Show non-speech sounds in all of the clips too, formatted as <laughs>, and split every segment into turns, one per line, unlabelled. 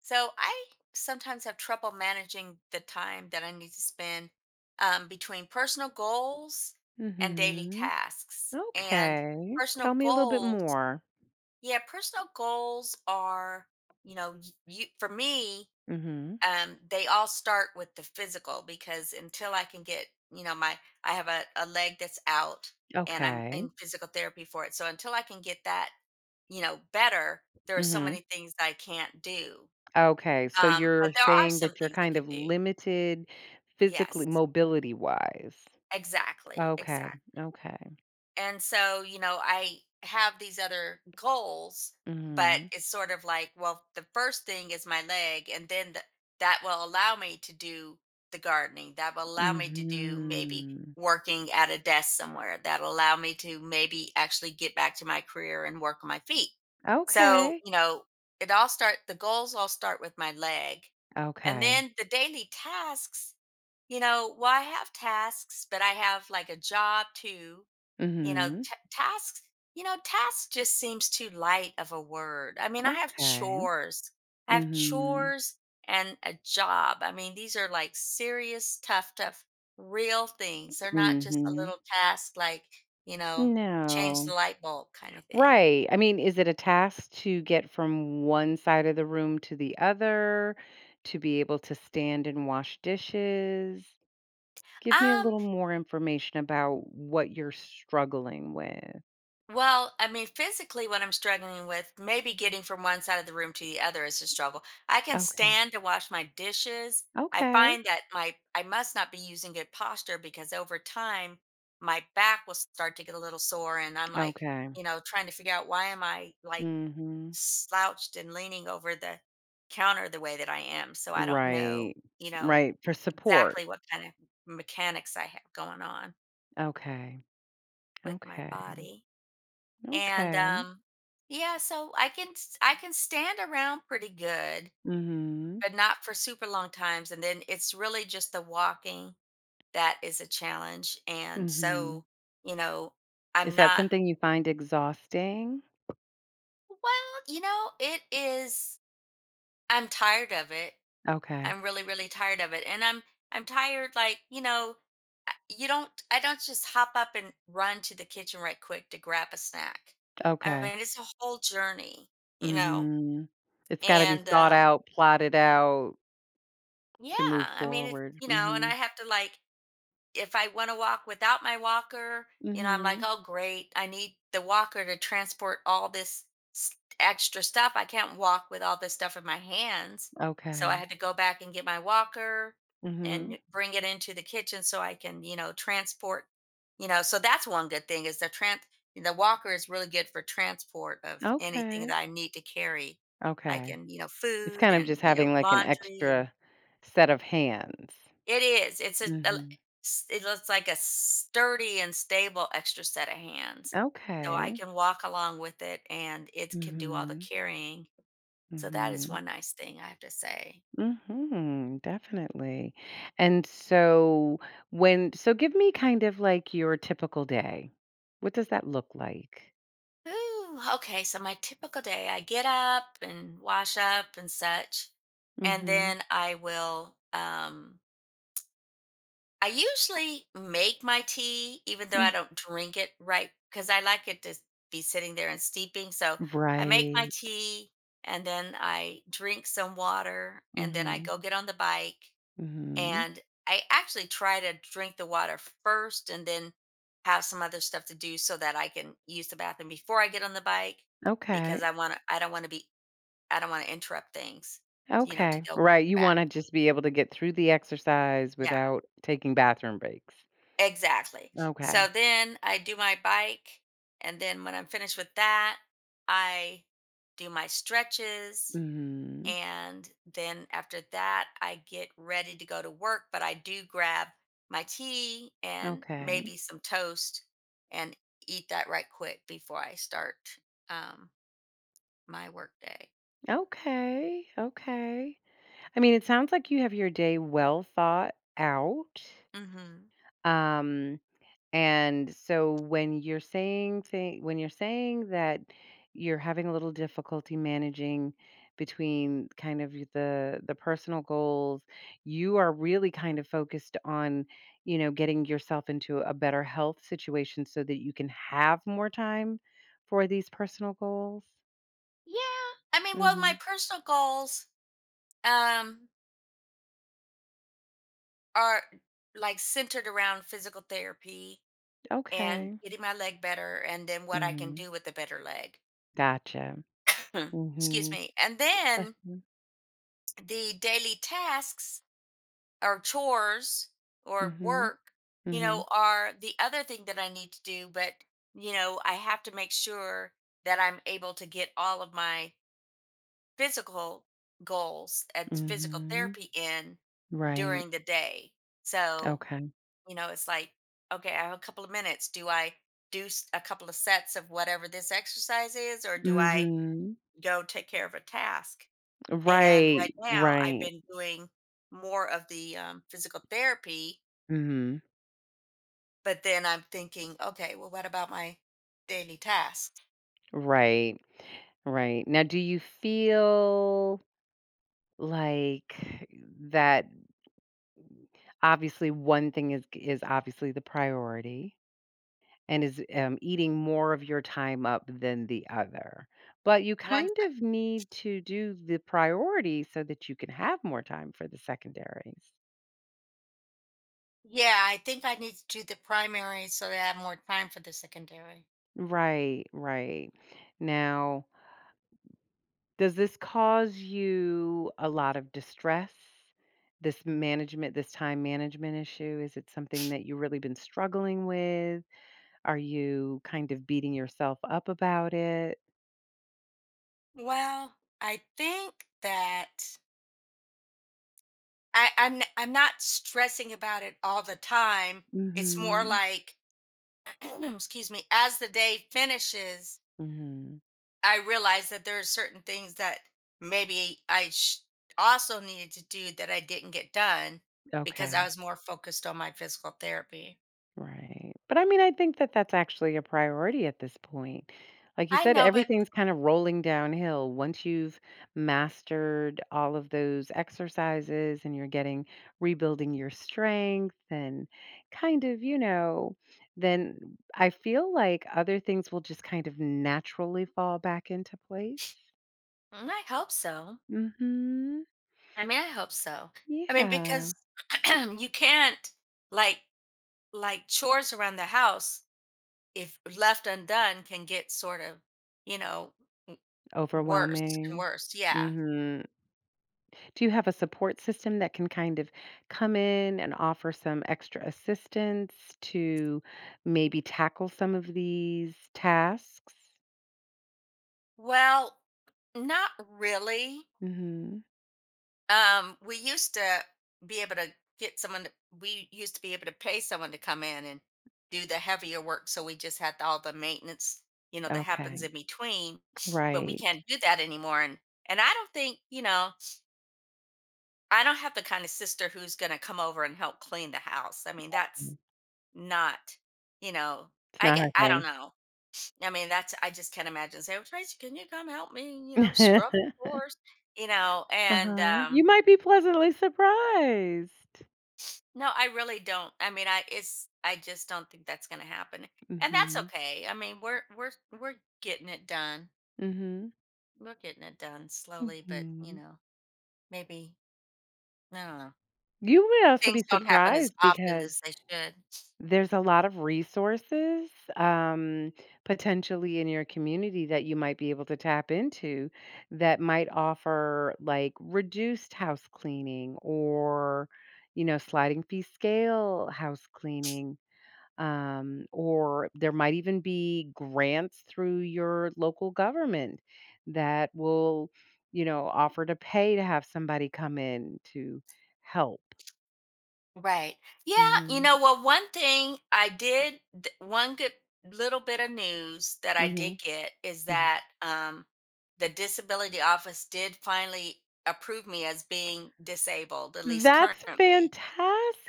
So I sometimes have trouble managing the time that I need to spend, between personal goals and daily
Mhm.
tasks. And
Okay. Tell
personal
me a little bit
goals,
more.
yeah, personal goals are, you know, you, for me,
Mhm.
um, they all start with the physical, because until I can get, my I have a leg that's out and I'm
Okay.
in physical therapy for it. So until I can get that, better, there are so
Mhm.
many things I can't do,
Okay, so you're
but there are
saying
some
that you're
things I
kind of
could do.
limited physically
Yes,
mobility-wise.
exactly,
Okay,
exactly.
okay.
And so, I have these other goals, but
Mhm.
it's sort of like, well, the first thing is my leg, and then that will allow me to do the gardening. That will allow me to do maybe
Mhm.
working at a desk somewhere. That'll allow me to maybe actually get back to my career and work on my feet. So,
Okay.
it all start the goals all start with my leg. And
Okay.
then the daily tasks. Well, I have tasks, but I have like a job too. You know,
Mhm.
t- tasks, tasks just seems too light of a word. I mean, I have
Okay.
chores, I have
Mhm.
chores and a job. I mean, these are like serious, tough, tough, real things. They're not just a
Mhm.
little task like, you know, change
No.
the light bulb kind of thing.
Right. I mean, is it a task to get from one side of the room to the other, to be able to stand and wash dishes? Give me a
Um,
little more information about what you're struggling with.
Well, I mean, physically, what I'm struggling with, maybe getting from one side of the room to the other is a struggle. I can
Okay.
stand to wash my dishes. I
Okay.
find that my I must not be using good posture, because over time my back will start to get a little sore, and I'm like,
Okay.
trying to figure out why am I like
Mhm.
slouched and leaning over the counter the way that I am. So I don't know,
Right.
you know,
Right, for support.
exactly what kind of mechanics I have going on
Okay.
with my
Okay.
body. And
Okay.
yeah, so I can stand around pretty good,
Mhm.
but not for super long times, and then it's really just the walking that is a challenge. And so,
Mhm.
you know
Is
I'm
that
not.
something you find exhausting?
Well, it is. I'm tired of it.
Okay.
I'm really really tired of it, and I'm tired, like, you don't I don't just hop up and run to the kitchen right quick to grab a snack. I
Okay.
mean, it's a whole journey you know
Mhm. It's gotta be
and
thought out, plotted out
yeah.
to move
I mean, it's,
forward.
and I
Mhm.
have to, like, if I want to walk without my walker, I'm like,
Mhm.
oh great, I need the walker to transport all this extra stuff. I can't walk with all this stuff in my hands, so I
Okay.
had to go back and get my walker
Mhm.
and bring it into the kitchen so I can, transport. So that's one good thing is the trans the walker is really good for transport of anything
Okay.
that I need to carry. I
Okay.
can,
It's
food
kind of
and
just having, like, an
laundry and
extra set of hands.
it is. It's a, a
Mhm.
s- it looks like a sturdy and stable extra set of hands. So I
Okay.
can walk along with it and it can do all the
Mhm.
carrying. So that is
Mhm.
one nice thing I have to say.
Mhm. Definitely. And so give me kind of, like, your typical day. What does that look like?
Ooh, okay. So my typical day, I get up and wash up and such. And
Mhm.
then I usually make my tea, even though I
Mm.
don't drink it right, because I like it to be sitting there and steeping. So I make my
Right.
tea, and then I drink some water, and then I
Mhm.
go get on the bike.
Mhm.
And I actually try to drink the water first and then have some other stuff to do so that I can use the bathroom before I get on the bike, because
Okay.
I don't want to interrupt things, to
Okay.
go to
Right,
the
you
bathroom.
wanna just be able to get through the exercise
Yeah.
without taking bathroom breaks.
Exactly.
Okay.
So then I do my bike. And then when I'm finished with that, I do my stretches.
Mhm.
And then after that, I get ready to go to work. But I do grab my tea and
Okay.
maybe some toast, and eat that right quick before I start, um, my work day.
Okay. Okay. I mean, it sounds like you have your day well thought out.
Hmm.
Um And so when you're saying that you're having a little difficulty managing between kind of the personal goals, you are really kind of focused on, you know, getting yourself into a better health situation so that you can have more time for these personal goals.
Yeah. I mean, well, my
Mhm.
personal goals, um, are like centered around physical therapy and
Okay.
getting my leg better and then what I can
Mhm.
do with the better leg.
Gotcha.
<clears throat> Excuse
Mhm.
me. And then
Mhm.
the daily tasks or chores or
Mhm.
work,
Mhm.
are the other thing that I need to do. But, I have to make sure that I'm able to get all of my physical goals at physical
Mhm.
therapy in
Right.
during the day. So,
Okay.
It's like, okay, I have a couple of minutes. Do I do a couple of sets of whatever this exercise is, or do I
Mhm.
go take care of a task? And right
Right,
now, I've
right.
been doing more of the, physical therapy,
Mhm.
but then I'm thinking, okay, well, what about my daily tasks?
Right, right. Now do you feel like that obviously one thing is obviously the priority and is, eating more of your time up than the other, but you
Once,
kind of need to do the priority so that you can have more time for the secondaries.
yeah, I think I need to do the primary so that I have more time for the secondary.
Right, right. Now, does this cause you a lot of distress? This time management issue, is it something that you have really been struggling with? Are you kind of beating yourself up about it?
Well, I think that I'm not stressing about it all the time. It's more
Mhm.
like, <clears throat> excuse me, as the day finishes,
Mhm.
I realize that there are certain things that maybe I also needed to do that I didn't get done because
Okay.
I was more focused on my physical therapy.
Right. But I mean, I think that that's actually a priority at this point. Like you
I
said,
know, but
everything's kind of rolling downhill. Once you've mastered all of those exercises and you're getting rebuilding your strength and kind of, you know, then I feel like other things will just kind of naturally fall back into place.
I hope so.
Mhm.
I mean, I hope so. I mean,
Yeah.
because <clears throat> you can't, like, chores around the house if left undone can get sort of, you know. Worse and
Overwhelming.
worse, yeah.
Mhm. Do you have a support system that can kind of come in and offer some extra assistance to maybe tackle some of these tasks?
Well, not really.
Mhm.
We used to be able to get someone to, we used to be able to pay someone to come in and do the heavier work. So we just had all the maintenance, that happens
Okay.
in between, but we
Right.
can't do that anymore. And I don't think, I don't have the kind of sister who's going to come over and help clean the house. I mean, that's
Mm.
not, you know,
It's not her
I don't
thing.
know. I mean, that's I just can't imagine. Say, well, Tracy, can you come help me? Scrub
<laughs>
<laughs> floors. You know, and
Uh-huh. You might be pleasantly surprised.
no, I really don't. I mean, I just don't think that's going to happen, and that's
Mhm.
okay. I mean, we're getting it done.
Mhm.
We're getting it done slowly, but
Mhm.
maybe I don't know.
You may also be
Things don't happen as
surprised
often
because
as they should.
there's a lot of resources, um, potentially in your community that you might be able to tap into that might offer like reduced house cleaning or, you know, sliding fee scale house cleaning. Or there might even be grants through your local government that will, you know, offer to pay to have somebody come in to help.
Right. Yeah.
Hmm.
Well, one thing I did, one good little bit of news that I
Hmm.
did get is that, the disability office did finally approve me as being disabled, at least
That's
currently.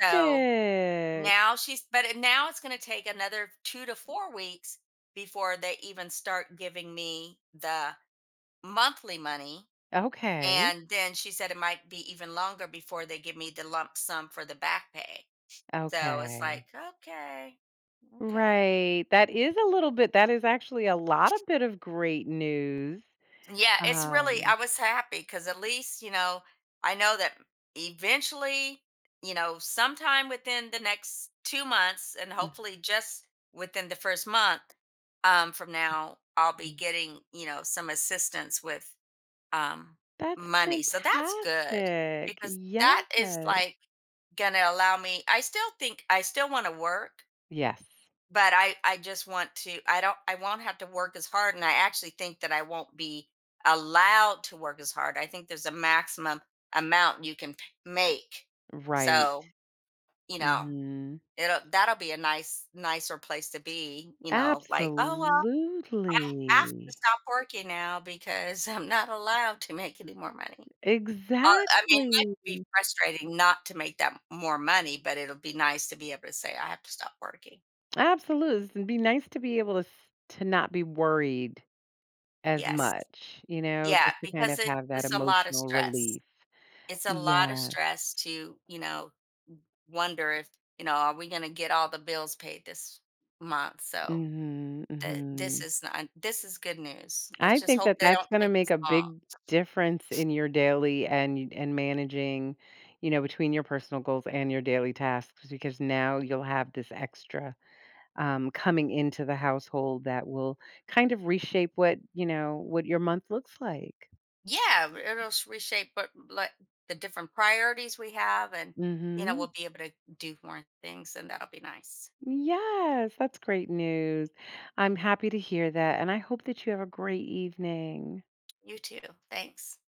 So now it's going to take another 2 to 4 weeks before they even start giving me the monthly money.
Okay,
And then she said it might be even longer before they give me the lump sum for the back pay. So it's
okay.
like, okay, okay.
Right, that is actually a lot of bit of great news.
Yeah, it's really, I
Um,
was happy because at least, I know that eventually, sometime within the next 2 months, and
mhm.
hopefully just within the first month, from now, I'll be getting, some assistance with, um,
That's
money. So that's good
fantastic.
because
Yes.
that is like going to allow me, I still think I still want to work.
Yes,
But I just want to I don't I won't have to work as hard, and I actually think that I won't be allowed to work as hard. I think there's a maximum amount you can make.
right.
So, you know,
Mhm.
it'll that'll be a nicer place to be, you know, like, oh well, I have to
Absolutely.
stop working now because <laughs> I'm not allowed to make any more money. I mean, it might
Exactly.
be frustrating not to make that more money, but it'll be nice to be able to say I have to stop working.
Absolutely. It'd be nice to be able to s to not be worried as
Yes.
much, you know,
Yeah,
just to kind
because
of
it
have that
it's a lot of
emotional
stress.
relief.
It's a lot of
Yes.
stress to, you know, wonder if, are we gonna get all the bills paid this month? So
Mhm,
th- this
mhm.
is not this is good news. Let's
I
just
think
hope
that
they
that's
don't
gonna
take
make
this
a
long.
big difference in your daily and managing, you know, between your personal goals and your daily tasks because now you'll have this extra, coming into the household that will kind of reshape what, you know, what your month looks like.
Yeah, it'll reshape, but like, the different priorities we have, and
Mhm.
we'll be able to do more things, and that'll be nice.
Yes, that's great news. I'm happy to hear that, and I hope that you have a great evening.
You too. Thanks.